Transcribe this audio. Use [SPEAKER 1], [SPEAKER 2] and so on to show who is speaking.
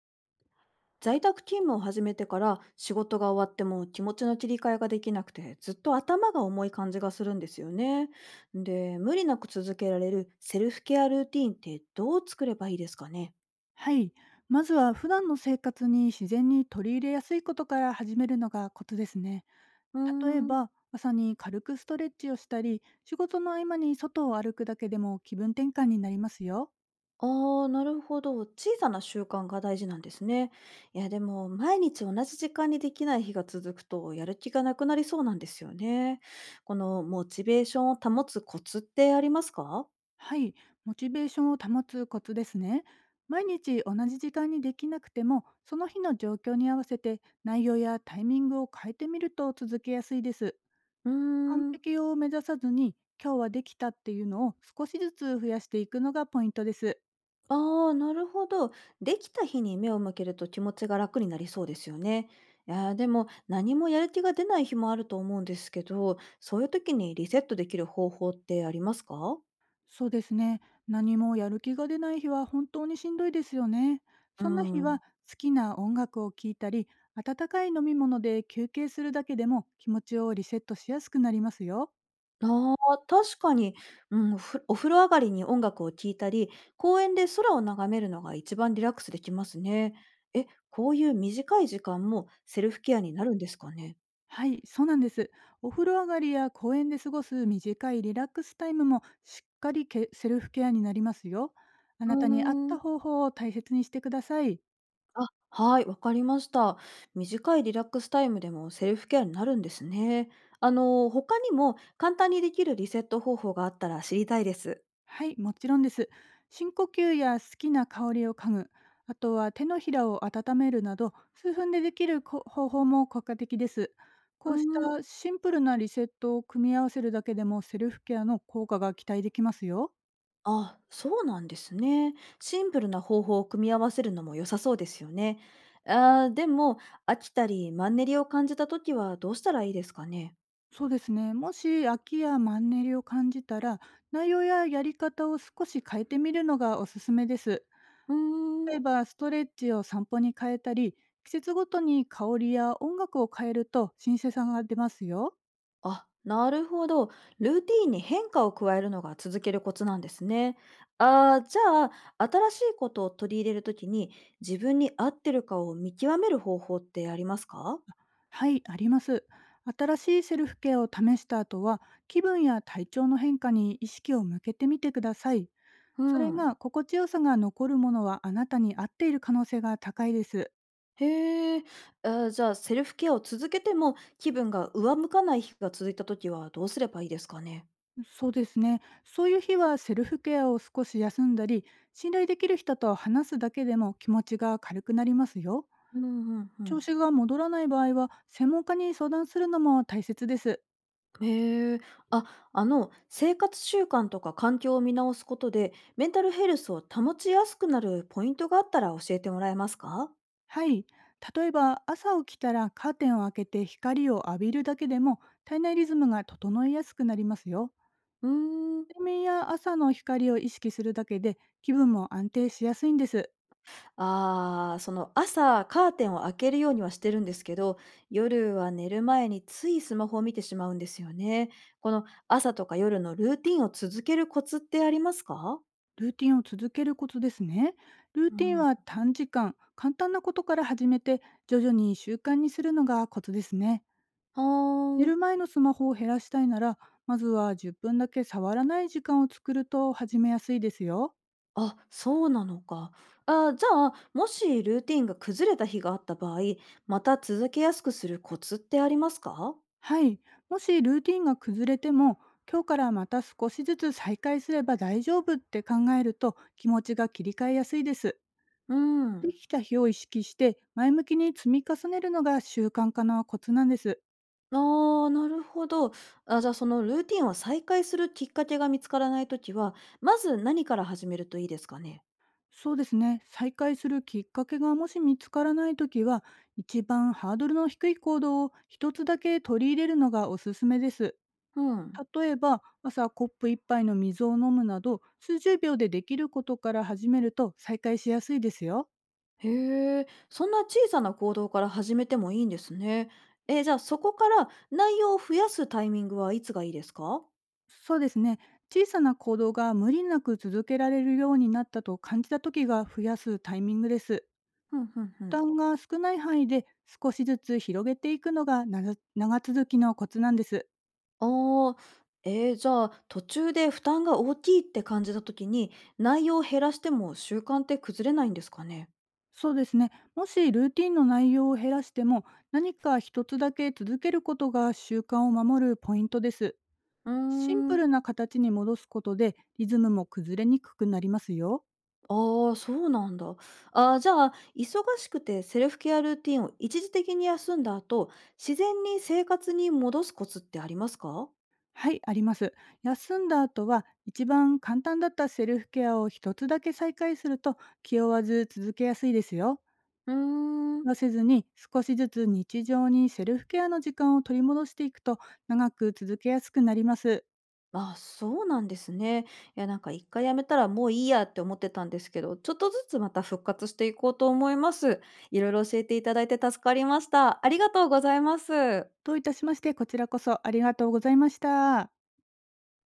[SPEAKER 1] 在宅勤務を始めてから仕事が終わっても気持ちの切り替えができなくてずっと頭が重い感じがするんですよね。で、無理なく続けられるセルフケアルーティンってどう作ればいいですかね。
[SPEAKER 2] はい。まずは普段の生活に自然に取り入れやすいことから始めるのがコツですね。
[SPEAKER 1] うー
[SPEAKER 2] 例え
[SPEAKER 1] ん。
[SPEAKER 2] ば、朝に軽くストレッチをしたり、仕事の合間に外を歩くだけでも気分転換になりますよ。
[SPEAKER 1] あー、なるほど。小さな習慣が大事なんですね。いや、でも毎日同じ時間にできない日が続くとやる気がなくなりそうなんですよね。このモチベーションを保つコツってありますか？
[SPEAKER 2] はい。モチベーションを保つコツですね。毎日同じ時間にできなくても、その日の状況に合わせて内容やタイミングを変えてみると続けやすいです。
[SPEAKER 1] うー
[SPEAKER 2] 完
[SPEAKER 1] ん。
[SPEAKER 2] 璧を目指さずに、今日はできたっていうのを少しずつ増やしていくのがポイントです。
[SPEAKER 1] ああ、なるほど。できた日に目を向けると気持ちが楽になりそうですよね。いやー、でも何もやる気が出ない日もあると思うんですけど、そういう時にリセットできる方法ってありますか？
[SPEAKER 2] そうですね。何もやる気が出ない日は本当にしんどいですよね。
[SPEAKER 1] う
[SPEAKER 2] そんな日は
[SPEAKER 1] ん。
[SPEAKER 2] 好きな音楽を聴いたり、温かい飲み物で休憩するだけでも気持ちをリセットしやすくなりますよ。
[SPEAKER 1] ああ、確かに、うん、お風呂上がりに音楽を聴いたり、公園で空を眺めるのが一番リラックスできますね。え、こういう短い時間もセルフケアになるんですかね。
[SPEAKER 2] はい、そうなんです。お風呂上がりや公園で過ごす短いリラックスタイムもしっかりけセルフケアになりますよ。あ
[SPEAKER 1] う
[SPEAKER 2] なたに合っ
[SPEAKER 1] ー
[SPEAKER 2] た
[SPEAKER 1] ん。
[SPEAKER 2] 方法を大切にしてください。
[SPEAKER 1] あ、はい、わかりました。短いリラックスタイムでもセルフケアになるんですね。あの、他にも簡単にできるリセット方法があったら知りたいです。
[SPEAKER 2] はい、もちろんです。深呼吸や好きな香りを嗅ぐ、あとは手のひらを温めるなど、数分でできるこ方法も効果的です。こ
[SPEAKER 1] うー
[SPEAKER 2] うし
[SPEAKER 1] ん。
[SPEAKER 2] たシンプルなリセットを組み合わせるだけでもセルフケアの効果が期待できますよ。
[SPEAKER 1] あ、そうなんですね。シンプルな方法を組み合わせるのも良さそうですよね。あーでも、飽きたりマンネリを感じたときはどうしたらいいですかね。
[SPEAKER 2] そうですね。もし飽きやマンネリを感じたら、内容ややり方を少し変えてみるのがおすすめです。
[SPEAKER 1] うーん。
[SPEAKER 2] 例えば、ストレッチを散歩に変えたり、季節ごとに香りや音楽を変えると新鮮さが出ますよ。
[SPEAKER 1] あ、なるほど。ルーティーンに変化を加えるのが続けるコツなんですね。ああ、じゃあ、新しいことを取り入れるときに自分に合ってるかを見極める方法ってありますか？
[SPEAKER 2] はい、あります。新しいセルフケアを試した後は、気分や体調の変化に意識を向けてみてください。
[SPEAKER 1] う
[SPEAKER 2] それ
[SPEAKER 1] ん。
[SPEAKER 2] が心地よさが残るものはあなたに合っている可能性が高いです。
[SPEAKER 1] へえ、あーじゃあ、セルフケアを続けても気分が上向かない日が続いたときはどうすればいいですかね。
[SPEAKER 2] そうですね。そういう日はセルフケアを少し休んだり、信頼できる人と話すだけでも気持ちが軽くなりますよ。
[SPEAKER 1] うんうんう
[SPEAKER 2] 調
[SPEAKER 1] ん。
[SPEAKER 2] 子が戻らない場合は、専門家に相談するのも大切です。
[SPEAKER 1] へえ。あ、あの、生活習慣とか環境を見直すことで、メンタルヘルスを保ちやすくなるポイントがあったら教えてもらえますか？
[SPEAKER 2] はい。例えば朝起きたらカーテンを開けて光を浴びるだけでも体内リズムが整いやすくなりますよ。
[SPEAKER 1] うーん。
[SPEAKER 2] 睡眠や朝の光を意識するだけで、気分も安定しやすいんです。
[SPEAKER 1] ああ、その朝カーテンを開けるようにはしてるんですけど、夜は寝る前についスマホを見てしまうんですよね。この朝とか夜のルーティンを続けるコツってありますか？
[SPEAKER 2] ルーティンを続けることですね。ルー
[SPEAKER 1] う
[SPEAKER 2] ティン
[SPEAKER 1] ん。
[SPEAKER 2] は短時間、簡単なことから始めて、徐々に習慣にするのがコツですね。
[SPEAKER 1] は
[SPEAKER 2] 寝
[SPEAKER 1] ーん。
[SPEAKER 2] る前のスマホを減らしたいなら、まずは10分だけ触らない時間を作ると始めやすいですよ。
[SPEAKER 1] あ、そうなのか。あ、じゃあ、もしルーティンが崩れた日があった場合、また続けやすくするコツってありますか？
[SPEAKER 2] はい、もしルーティンが崩れても、今日からまた少しずつ再開すれば大丈夫って考えると気持ちが切り替えやすいです。
[SPEAKER 1] う
[SPEAKER 2] で
[SPEAKER 1] ん。
[SPEAKER 2] きた日を意識して前向きに積み重ねるのが習慣化のコツなんです。
[SPEAKER 1] ああ、なるほど。あ、じゃあ、そのルーティンを再開するきっかけが見つからないときは、まず何から始めるといいですかね？
[SPEAKER 2] そうですね、再開するきっかけがもし見つからないときは、一番ハードルの低い行動を一つだけ取り入れるのがおすすめです。
[SPEAKER 1] うん。
[SPEAKER 2] 例えば朝コップ一杯の水を飲むなど、数十秒でできることから始めると再開しやすいですよ。
[SPEAKER 1] へえ、そんな小さな行動から始めてもいいんですね。え、じゃあ、そこから内容を増やすタイミングはいつがいいですか？
[SPEAKER 2] そうですね。小さな行動が無理なく続けられるようになったと感じた時が増やすタイミングです。
[SPEAKER 1] ふんふんふ
[SPEAKER 2] 負
[SPEAKER 1] ん。
[SPEAKER 2] 担が少ない範囲で少しずつ広げていくのが長続きのコツなんです。
[SPEAKER 1] ああ、ええ、じゃあ、途中で負担が大きいって感じた時に、内容を減らしても習慣って崩れないんですかね？
[SPEAKER 2] そうですね。もしルーティンの内容を減らしても、何か一つだけ続けることが習慣を守るポイントです。
[SPEAKER 1] うー
[SPEAKER 2] シンプ
[SPEAKER 1] ん。
[SPEAKER 2] ルな形に戻すことでリズムも崩れにくくなりますよ。
[SPEAKER 1] ああ、そうなんだ。ああ、じゃあ、忙しくてセルフケアルーティンを一時的に休んだ後、自然に生活に戻すコツってありますか？
[SPEAKER 2] はい、あります。休んだ後は、一番簡単だったセルフケアを一つだけ再開すると、気負わず続けやすいですよ。
[SPEAKER 1] うーん。
[SPEAKER 2] 無理はせずに、少しずつ日常にセルフケアの時間を取り戻していくと、長く続けやすくなります。
[SPEAKER 1] あ、そうなんですね。いや、なんか一回やめたらもういいやって思ってたんですけど、ちょっとずつまた復活していこうと思います。いろいろ教えていただいて助かりました。ありがとうございます。
[SPEAKER 2] どういたしまして、こちらこそありがとうございました。